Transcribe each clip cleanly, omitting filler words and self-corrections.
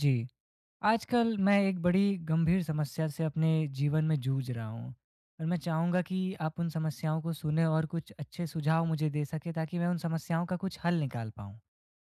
जी, आजकल मैं एक बड़ी गंभीर समस्या से अपने जीवन में जूझ रहा हूँ और मैं चाहूँगा कि आप उन समस्याओं को सुनें और कुछ अच्छे सुझाव मुझे दे सकें ताकि मैं उन समस्याओं का कुछ हल निकाल पाऊँ।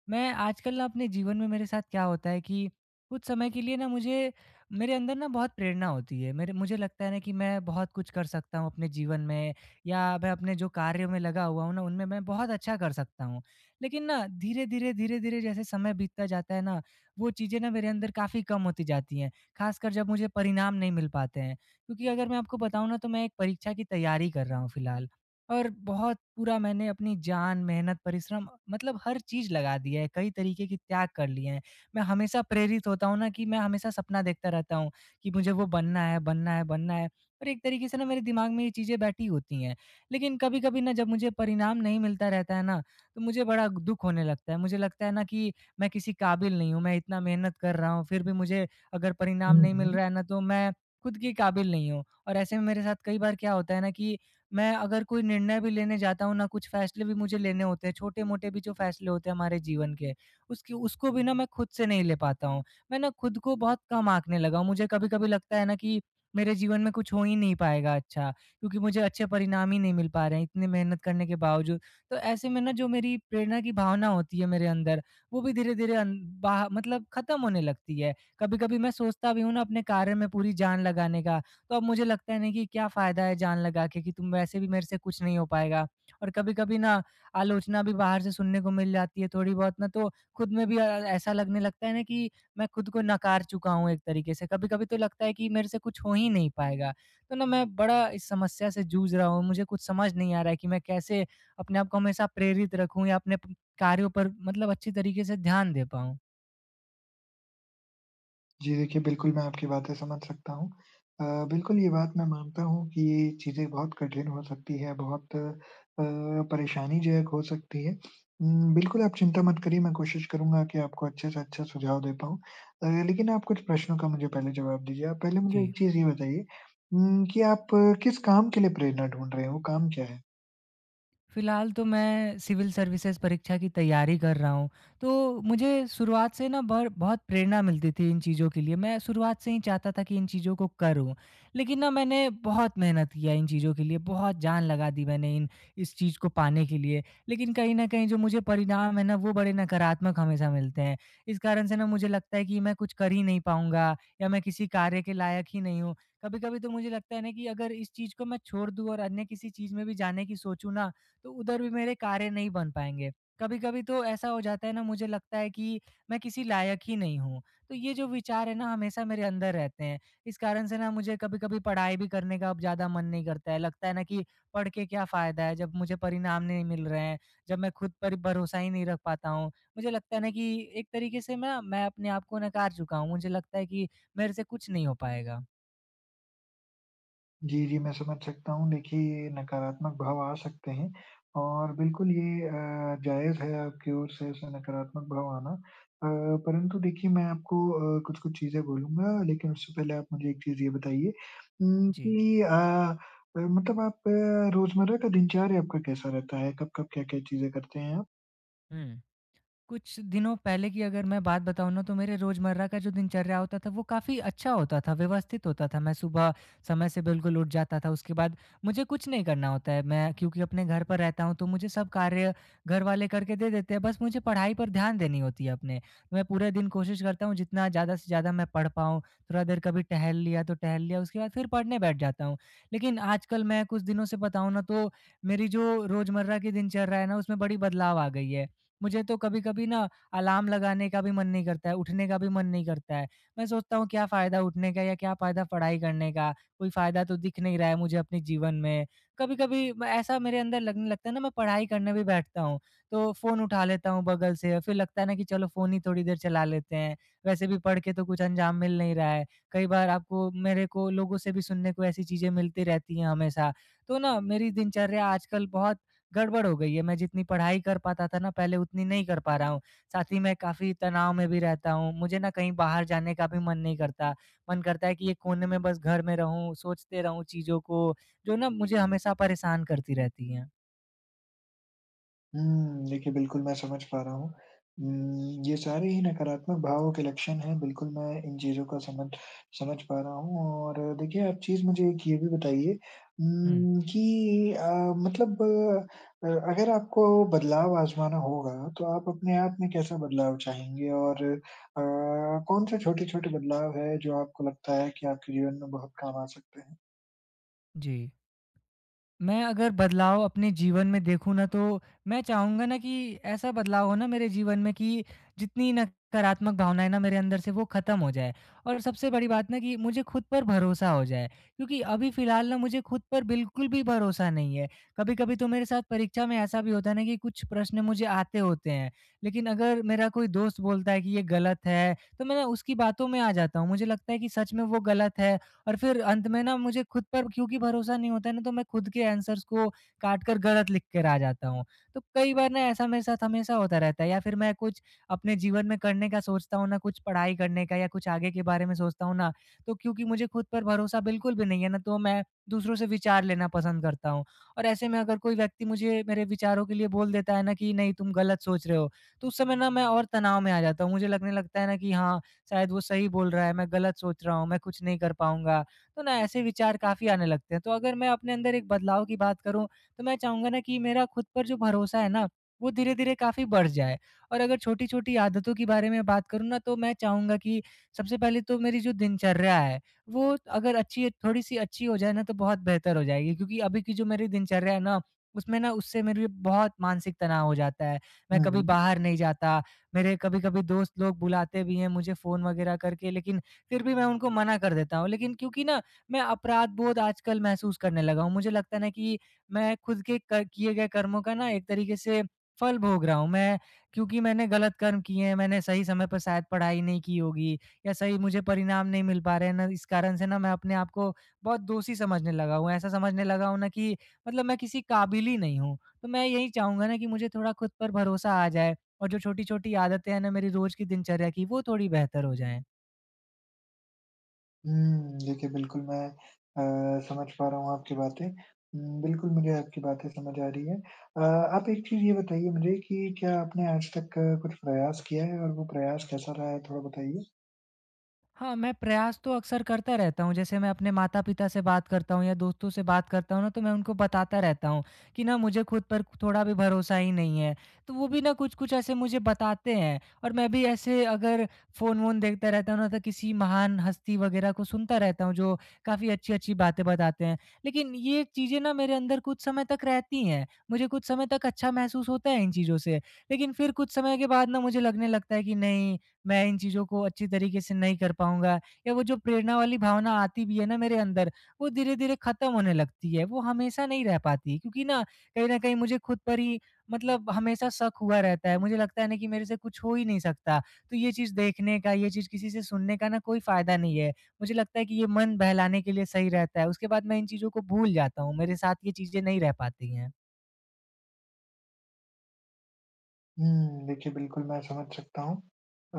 मैं आजकल ना अपने जीवन में मेरे साथ क्या होता है कि कुछ समय के लिए ना मुझे मेरे अंदर ना बहुत प्रेरणा होती है, मेरे मुझे लगता है ना कि मैं बहुत कुछ कर सकता हूँ अपने जीवन में, या मैं अपने जो कार्यों में लगा हुआ हूँ ना उनमें मैं बहुत अच्छा कर सकता हूँ। लेकिन ना धीरे धीरे जैसे समय बीतता जाता है ना, वो चीज़ें ना मेरे अंदर काफ़ी कम होती जाती हैं, खासकर जब मुझे परिणाम नहीं मिल पाते हैं। क्योंकि अगर मैं आपको बताऊँ ना, तो मैं एक परीक्षा की तैयारी कर रहा हूँ फिलहाल, और बहुत पूरा मैंने अपनी जान, मेहनत, परिश्रम मतलब हर चीज़ लगा दी है, कई तरीके की त्याग कर लिए हैं। मैं हमेशा प्रेरित होता हूँ ना कि मैं हमेशा सपना देखता रहता हूँ कि मुझे वो बनना है, बनना है, बनना है, और एक तरीके से ना मेरे दिमाग में ये चीज़ें बैठी होती हैं। लेकिन कभी-कभी ना जब मुझे परिणाम नहीं मिलता रहता है ना, तो मुझे बड़ा दुःख होने लगता है। मुझे लगता है ना कि मैं किसी काबिल नहीं हूँ, मैं इतना मेहनत कर रहा हूँ, फिर भी मुझे अगर परिणाम हुँ, नहीं मिल हुँ। रहा है ना, तो मैं खुद के काबिल नहीं हूँ। और ऐसे में मेरे साथ कई बार क्या होता है ना कि मैं अगर कोई निर्णय भी लेने जाता हूँ ना, कुछ फ़ैसले भी मुझे लेने होते हैं, छोटे-मोटे भी जो फ़ैसले होते हैं हमारे जीवन के, उसकी उसको भी ना मैं खुद से नहीं ले पाता हूँ। मैं ना खुद को बहुत कम आँकने लगा हूँ। मुझे कभी-कभी लगता है ना कि मेरे जीवन में कुछ हो ही नहीं पाएगा अच्छा, क्योंकि मुझे अच्छे परिणाम ही नहीं मिल पा रहे हैं, इतनी मेहनत करने के बावजूद। तो ऐसे में ना जो मेरी प्रेरणा की भावना होती है मेरे अंदर, वो भी धीरे-धीरे अन बाह मतलब ख़त्म होने लगती है। कभी-कभी मैं सोचता भी हूँ ना अपने कार्य में पूरी जान लगाने का, तो अब मुझे लगता है ना कि क्या फ़ायदा है जान लगा के, कि तुम वैसे भी मेरे से कुछ नहीं हो पाएगा। और कभी-कभी ना आलोचना भी बाहर से सुनने को मिल जाती है थोड़ी बहुत ना, तो खुद में भी ऐसा लगने लगता है ना कि मैं खुद को नकार चुका हूँ एक तरीके से। कभी-कभी तो लगता है कि मेरे से कुछ हो ही नहीं पाएगा। तो ना मैं बड़ा इस समस्या से जूझ रहा हूँ। मुझे कुछ समझ नहीं आ रहा है कि मैं कैसे अपने आप को हमेशा प्रेरित रखूँ या अपने प कार्यों पर मतलब अच्छी तरीके से ध्यान दे पाऊँ? जी, देखिए बिल्कुल मैं आपकी बातें समझ सकता हूँ। अ, बिल्कुल ये बात मैं मानता हूँ कि ये चीज़ें बहुत कठिन हो सकती है, बहुत परेशानीजनक हो सकती है। बिल्कुल आप चिंता मत करिए, मैं कोशिश करूँगा कि आपको अच्छे से अच्छा सुझाव दे पाऊँ। लेकिन आप कुछ प्रश्नों का मुझे पहले जवाब दीजिए। आप पहले मुझे जी। एक चीज़ ये बताइए। कि आप किस काम के लिए प्रेरणा ढूँढ रहे हो? काम क्या है? फिलहाल तो मैं सिविल सर्विसेज परीक्षा की तैयारी कर रहा हूँ। तो मुझे शुरुआत से ना बर बहुत प्रेरणा मिलती थी इन चीज़ों के लिए। मैं शुरुआत से ही चाहता था कि इन चीज़ों को करूँ। लेकिन ना मैंने बहुत मेहनत किया इन चीज़ों के लिए, बहुत जान लगा दी मैंने इन इस चीज़ को पाने के लिए। लेकिन कहीं न कहीं जो मुझे परिणाम है ना, वो बड़े नकारात्मक हमेशा मिलते हैं। इस कारण से ना मुझे लगता है कि मैं कुछ कर ही नहीं पाऊँगा, या मैं किसी कार्य के लायक ही नहीं हूँ। कभी-कभी तो मुझे लगता है ना कि अगर इस चीज़ को मैं छोड़ दूँ और अन्य किसी चीज़ में भी जाने की सोचूँ ना, तो उधर भी मेरे कार्य नहीं बन पाएँगे। कभी-कभी तो ऐसा हो जाता है ना, मुझे लगता है कि मैं किसी लायक ही नहीं हूँ। तो ये जो विचार है ना, हमेशा मेरे अंदर रहते हैं। इस कारण से ना मुझे कभी-कभी पढ़ाई भी करने का अब ज़्यादा मन नहीं करता है। लगता है ना कि पढ़ के क्या फ़ायदा है जब मुझे परिणाम नहीं मिल रहे हैं, जब मैं खुद पर भरोसा ही नहीं रख पाता हूँ। मुझे लगता है ना कि एक तरीके से ना मैं अपने आप को नकार चुका हूँ। मुझे लगता है कि मेरे से कुछ नहीं हो पाएगा। जी, जी, मैं समझ सकता हूँ। देखिए, नकारात्मक भाव आ सकते हैं और बिल्कुल ये जायज़ है आपकी ओर से ऐसा नकारात्मक भाव आना। परंतु देखिए मैं आपको कुछ-कुछ चीज़ें बोलूँगा, लेकिन उससे पहले आप मुझे एक चीज़ ये बताइए। उम, जी। कि अ मतलब आप रोज़मर्रा का दिनचर्या आपका कैसा रहता है? कब-कब, क्या-क्या चीज़ें करते हैं आप? हुँ। कुछ दिनों पहले की अगर मैं बात बताऊँ ना, तो मेरे रोज़मर्रा का जो दिनचर्या होता था वो काफ़ी अच्छा होता था, व्यवस्थित होता था। मैं सुबह समय से बिल्कुल उठ जाता था, उसके बाद मुझे कुछ नहीं करना होता है। मैं क्योंकि अपने घर पर रहता हूँ, तो मुझे सब कार्य घर वाले करके दे देते हैं, बस मुझे पढ़ाई पर ध्यान देनी होती है अपने। मैं पूरे दिन कोशिश करता हूँ जितना ज़्यादा से ज़्यादा मैं पढ़ पाऊँ, थोड़ा देर कभी टहल लिया तो टहल लिया, उसके बाद फिर पढ़ने बैठ जाता हूँ। लेकिन आजकल मैं कुछ दिनों से बताऊँ ना, तो मेरी जो रोज़मर्रा की दिनचर्या है ना, उसमें बड़ी बदलाव आ गई है। मुझे तो कभी-कभी ना अलार्म लगाने का भी मन नहीं करता है, उठने का भी मन नहीं करता है। मैं सोचता हूँ क्या फ़ायदा उठने का, या क्या फ़ायदा पढ़ाई करने का, कोई फ़ायदा तो दिख नहीं रहा है मुझे अपने जीवन में। कभी-कभी मैं ऐसा मेरे अंदर लगने लगता है ना, मैं पढ़ाई करने भी बैठता हूँ, तो फ़ोन उठा लेता हूँ बगल से, फिर लगता है ना कि चलो फ़ोन ही थोड़ी देर चला लेते हैं, वैसे भी पढ़ के तो कुछ अंजाम मिल नहीं रहा है। कई बार आपको मेरे को लोगों से भी सुनने को ऐसी चीज़ें मिलती रहती हैं हमेशा। तो ना मेरी दिनचर्या आजकल बहुत गड़बड़ हो गई है। मैं जितनी पढ़ाई कर पाता था ना पहले, उतनी नहीं कर पा रहा हूँ। साथ ही मैं काफ़ी तनाव में भी रहता हूँ। मुझे ना कहीं बाहर जाने का भी मन नहीं करता। मन करता है कि एक कोने में बस घर में रहूँ, सोचते रहूँ चीज़ों को जो ना मुझे हमेशा परेशान करती रहती हैं। हुँ, देखिए बिल्कुल मैं समझ पा रहा हूँ। ये सारे ही नकारात्मक भावों के लक्षण हैं, बिल्कुल मैं इन चीज़ों को समझ समझ पा रहा हूँ और देखिए आप चीज़ मुझे एक ये भी बताइए। हुँ, उम, कि अ, मतलब अगर आपको बदलाव आज़माना होगा, तो आप अपने आप में कैसा बदलाव चाहेंगे? और कौन से छोटे-छोटे बदलाव हैं, जो आपको लगता है कि आपके जीवन में बहुत काम आ सकते हैं? जी। मैं अगर बदलाव अपने जीवन में देखूँ ना, तो मैं चाहूँगा ना कि ऐसा बदलाव हो ना मेरे जीवन में कि जितनी नकारात्मक भावनाएँ ना मेरे अंदर से, वो ख़त्म हो जाए। और सबसे बड़ी बात ना कि मुझे खुद पर भरोसा हो जाए, क्योंकि अभी फ़िलहाल ना मुझे खुद पर बिल्कुल भी भरोसा नहीं है। कभी-कभी तो मेरे साथ परीक्षा में ऐसा भी होता है ना कि कुछ प्रश्न मुझे आते होते हैं, लेकिन अगर मेरा कोई दोस्त बोलता है कि ये गलत है, तो मैं ना उसकी बातों में आ जाता हूँ। मुझे लगता है कि सच में वो गलत है, और फिर अंत में ना मुझे खुद पर क्योंकि भरोसा नहीं होता है ना, तो मैं खुद के आंसर्स को काट कर गलत लिख कर आ जाता हूँ। तो कई बार ना ऐसा मेरे साथ हमेशा होता रहता है, या फिर मैं कुछ अपने जीवन में करने का सोचता हूँ ना, कुछ पढ़ाई करने का या कुछ आगे के बारे में सोचता हूँ ना, तो क्योंकि मुझे खुद पर भरोसा बिल्कुल भी नहीं है ना, तो मैं दूसरों से विचार लेना पसंद करता हूँ। और ऐसे में अगर कोई व्यक्ति मुझे मेरे विचारों के लिए बोल देता है ना कि नहीं तुम गलत सोच रहे हो, तो उस समय ना मैं और तनाव में आ जाता हूँ। मुझे लगने लगता है ना कि हाँ, शायद वो सही बोल रहा है, मैं गलत सोच रहा हूँ, मैं कुछ नहीं कर पाऊँगा। तो ना ऐसे विचार काफ़ी आने लगते हैं। तो अगर मैं अपने अंदर एक बदलाव की बात करूँ, तो मैं चाहूँगा ना कि मेरा खुद पर जो भरोसा है ना, वो धीरे-धीरे काफ़ी बढ़ जाए। और अगर छोटी-छोटी आदतों के बारे में बात करूँ ना, तो मैं चाहूँगा कि सबसे पहले तो मेरी जो दिनचर्या है, वो अगर अच्छी थोड़ी-सी अच्छी हो जाए ना, तो बहुत बेहतर हो जाएगी। क्योंकि अभी की जो मेरी दिनचर्या है ना, उसमें ना उससे मेरे लिए बहुत मानसिक तनाव हो जाता है। मैं हुँ, कभी हुँ। बाहर नहीं जाता, मेरे कभी-कभी दोस्त लोग बुलाते भी हैं मुझे फ़ोन वगैरह करके, लेकिन फिर भी मैं उनको मना कर देता हूँ। लेकिन क्योंकि ना मैं अपराध बोध आजकल महसूस करने लगा हूँ। मुझे लगता है ना कि मैं खुद के क किए गए कर्मों का ना एक तरीके से फल भोग रहा हूँ। मैं क्योंकि मैंने गलत कर्म किए हैं, मैंने सही समय पर शायद पढ़ाई नहीं की होगी, या सही मुझे परिणाम नहीं मिल पा रहे हैं ना, इस कारण से ना मैं अपने आप को बहुत दोषी समझने लगा हूँ। ऐसा समझने लगा हूँ ना कि मतलब मैं किसी काबिल ही नहीं हूँ। तो मैं यही चाहूँगा ना कि मुझे थोड़ा खुद पर भरोसा आ जाए, और जो छोटी-छोटी आदतें हैं ना मेरी रोज़ की दिनचर्या की, वो थोड़ी बेहतर हो जाएँ। हुँ, देखिए बिल्कुल मैं समझ पा रहा हूँ आपकी बातें। बिल्कुल मुझे आपकी बातें समझ आ रही हैं। आप एक चीज़ ये बताइए मुझे कि क्या आपने आज तक कुछ प्रयास किया है और वो प्रयास कैसा रहा है थोड़ा बताइए? हाँ, मैं प्रयास तो अक्सर करता रहता हूँ। जैसे मैं अपने माता-पिता से बात करता हूँ, या दोस्तों से बात करता हूँ ना, तो मैं उनको बताता रहता हूँ कि ना मुझे खुद पर थोड़ा भी भरोसा ही नहीं है। तो वो भी ना कुछ-कुछ ऐसे मुझे बताते हैं, और मैं भी ऐसे अगर फ़ोन-वोन देखता रहता हूँ ना, तो किसी महान हस्ती वग़ैरह को सुनता रहता हूँ, जो काफ़ी अच्छी-अच्छी बातें बताते हैं। लेकिन ये चीज़ें ना मेरे अंदर कुछ समय तक रहती हैं। मुझे कुछ समय तक अच्छा महसूस होता है इन चीज़ों से। लेकिन फिर कुछ समय के बाद ना मुझे लगने लगता है कि नहीं, मैं इन चीज़ों को अच्छी तरीके से नहीं कर पाऊँगा, या वो जो प्रेरणा वाली भावना आती भी है ना मेरे अंदर, वो धीरे-धीरे ख़त्म होने लगती है। वो हमेशा नहीं रह पाती, क्योंकि ना कहीं न कहीं मुझे खुद पर ही मतलब हमेशा शक हुआ रहता है। मुझे लगता है ना कि मेरे से कुछ हो ही नहीं सकता। तो ये चीज़ देखने का, ये चीज़ किसी से सुनने का ना कोई फ़ायदा नहीं है। मुझे लगता है कि ये मन बहलाने के लिए सही रहता है। उसके बाद मैं इन चीज़ों को भूल जाता हूँ। मेरे साथ ये चीज़ें नहीं रह पाती हैं। हुँ, देखिए बिल्कुल मैं समझ सकता हूँ। अ,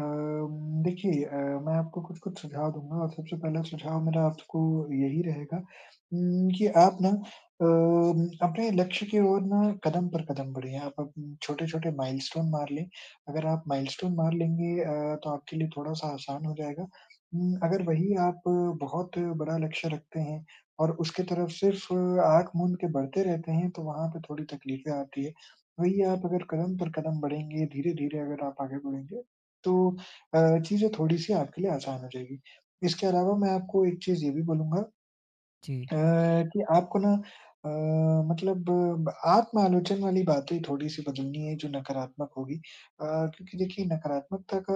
देखिए, मैं आपको कुछ-कुछ सुझाव दूँगा और सबसे पहला सुझाव मेरा आपको यही रहेगा। कि आप ना अपने लक्ष्य की ओर ना कदम पर कदम बढ़िए। आप अप छोटे-छोटे माइलस्टोन मार लें। अगर आप माइलस्टोन मार लेंगे तो आपके लिए थोड़ा-सा आसान हो जाएगा। अगर वही आप बहुत बड़ा लक्ष्य रखते हैं और उसके तरफ सिर्फ़ आँख मूंद के बढ़ते रहते हैं, तो वहाँ पे थोड़ी तकलीफ़ें आती है। वही आप अगर कदम पर कदम बढ़ेंगे, धीरे-धीरे अगर आप आगे बढ़ेंगे तो चीज़ें थोड़ी-सी आपके लिए आसान हो जाएगी। इसके अलावा मैं आपको एक चीज़ ये भी बोलूँगा जी। अ, कि आपको ना अ, मतलब ब आत्म-आलोचना वाली बातें थोड़ी-सी बदलनी है जो नकारात्मक होगी। क्योंकि देखिए नकारात्मकता का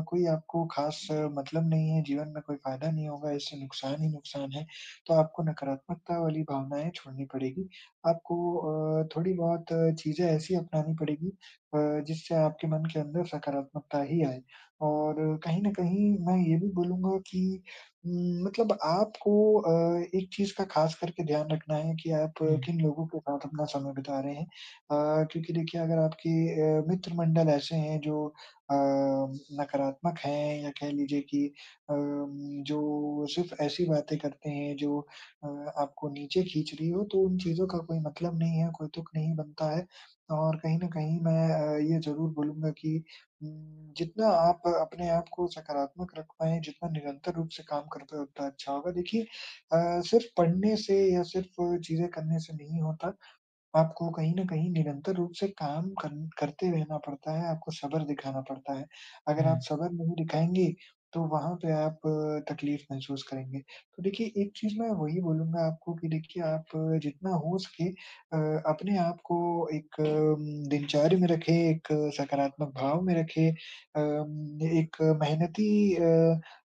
कोई आपको ख़ास मतलब नहीं है, जीवन में कोई फ़ायदा नहीं होगा, इससे नुकसान ही नुकसान है। तो आपको नकारात्मकता वाली भावनाएँ छोड़नी पड़ेगी। आपको थोड़ी-बहुत चीज़ें ऐसी अपनानी पड़ेगी अ, जिससे आपके मन के अंदर सकारात्मकता ही आए। और कहीं न कहीं मैं ये भी बोलूँगा कि मतलब आपको अ, एक चीज़ का ख़ास करके ध्यान रखना है कि आप हुँ, किन लोगों के साथ अपना समय बिता रहे हैं। क्योंकि देखिए अगर आपके मित्र मंडल ऐसे हैं जो अ, नकारात्मक हैं या कह लीजिए कि अम, जो सिर्फ़ ऐसी बातें करते हैं जो अ, आपको नीचे खींच रही हो, तो उन चीज़ों का कोई मतलब नहीं है, कोई तुक नहीं बनता है। और कहीं न कहीं मैं ये ज़रूर बोलूँगा कि जितना आप अपने आप को सकारात्मक रख पाएँ, जितना निरंतर रूप से काम करते हैं, उतना अच्छा होगा। देखिए सिर्फ़ पढ़ने से या सिर्फ़ चीज़ें करने से नहीं होता। आपको कहीं न कहीं निरंतर रूप से काम करन करते रहना पड़ता है, आपको सब्र दिखाना पड़ता है। अगर आप हुँ, सब्र नहीं दिखाएँगे, तो वहाँ पे आप तकलीफ़ महसूस करेंगे। तो देखिए, एक चीज़ मैं वही बोलूँगा आपको कि देखिए आप जितना हो सके अपने आप को एक दिनचर्या में रखें, एक सकारात्मक भाव में रखें। एक मेहनती अ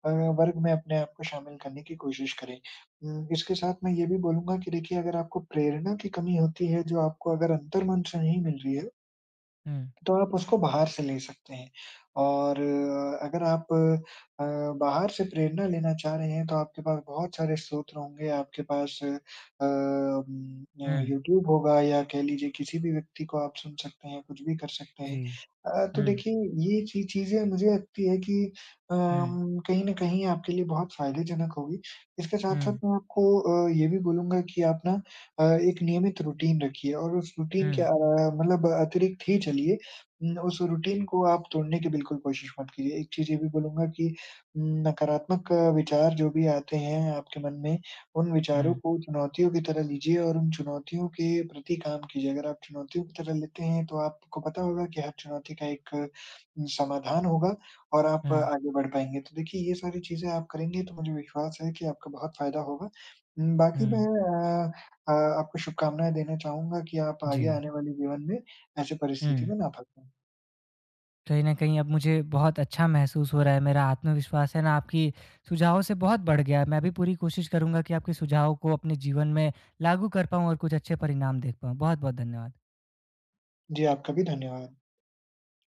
अ, वर्ग में अपने आप को शामिल करने की कोशिश करें। इसके साथ मैं ये भी बोलूँगा कि देखिए अगर आपको प्रेरणा की कमी होती है, जो आपको अगर अंतर्मन से नहीं मिल रही है, हुँ, तो आप उसको बाहर से ले सकते हैं और अगर आप बाहर से प्रेरणा लेना चाह रहे हैं, तो आपके पास बहुत सारे स्रोत होंगे, आपके पास उम, हुँ, यूट्यूब होगा या कह लीजिए किसी भी व्यक्ति को आप सुन सकते हैं, कुछ भी कर सकते जी। हैं। तो हुँ, देखिए ये ची चीज़ें मुझे लगती है कि हुँ, कहीं न कहीं आपके लिए बहुत फ़ायदेजनक होगी। इसके साथ-साथ हुँ, मैं आपको ये भी बोलूँगा कि आप ना एक नियमित रूटीन रखिए और उस रूटीन के मतलब अतिरिक्त ही चलिए। उस रूटीन को आप तोड़ने की बिल्कुल कोशिश मत कीजिए। एक चीज़ ये भी बोलूँगा कि नकारात्मक विचार जो भी आते हैं आपके मन में, उन विचारों हुँ। को चुनौतियों की तरह लीजिए और उन चुनौतियों के प्रति काम कीजिए। अगर आप चुनौतियों की तरह लेते हैं, तो आपको पता होगा कि हर चुनौती का एक समाधान होगा और आप हुँ, आगे बढ़ पाएँगे। तो देखिए, ये सारी चीज़ें आप करेंगे, तो मुझे विश्वास है कि आपका बहुत फ़ायदा होगा। बाकी मैं हुँ, अ अ, आपको शुभकामनाएँ देना चाहूँगा कि आप आगे जी, आने वाले जीवन में ऐसी परिस्थिति हुँ। में ना फँसें। कहीं न कहीं अब मुझे बहुत अच्छा महसूस हो रहा है, मेरा आत्मविश्वास है ना आपकी सुझावों से बहुत बढ़ गया है। मैं भी पूरी कोशिश करूँगा कि आपके सुझावों को अपने जीवन में लागू कर पाऊँ और कुछ अच्छे परिणाम देख पाऊँ। बहुत-बहुत धन्यवाद। जी, आपका भी धन्यवाद।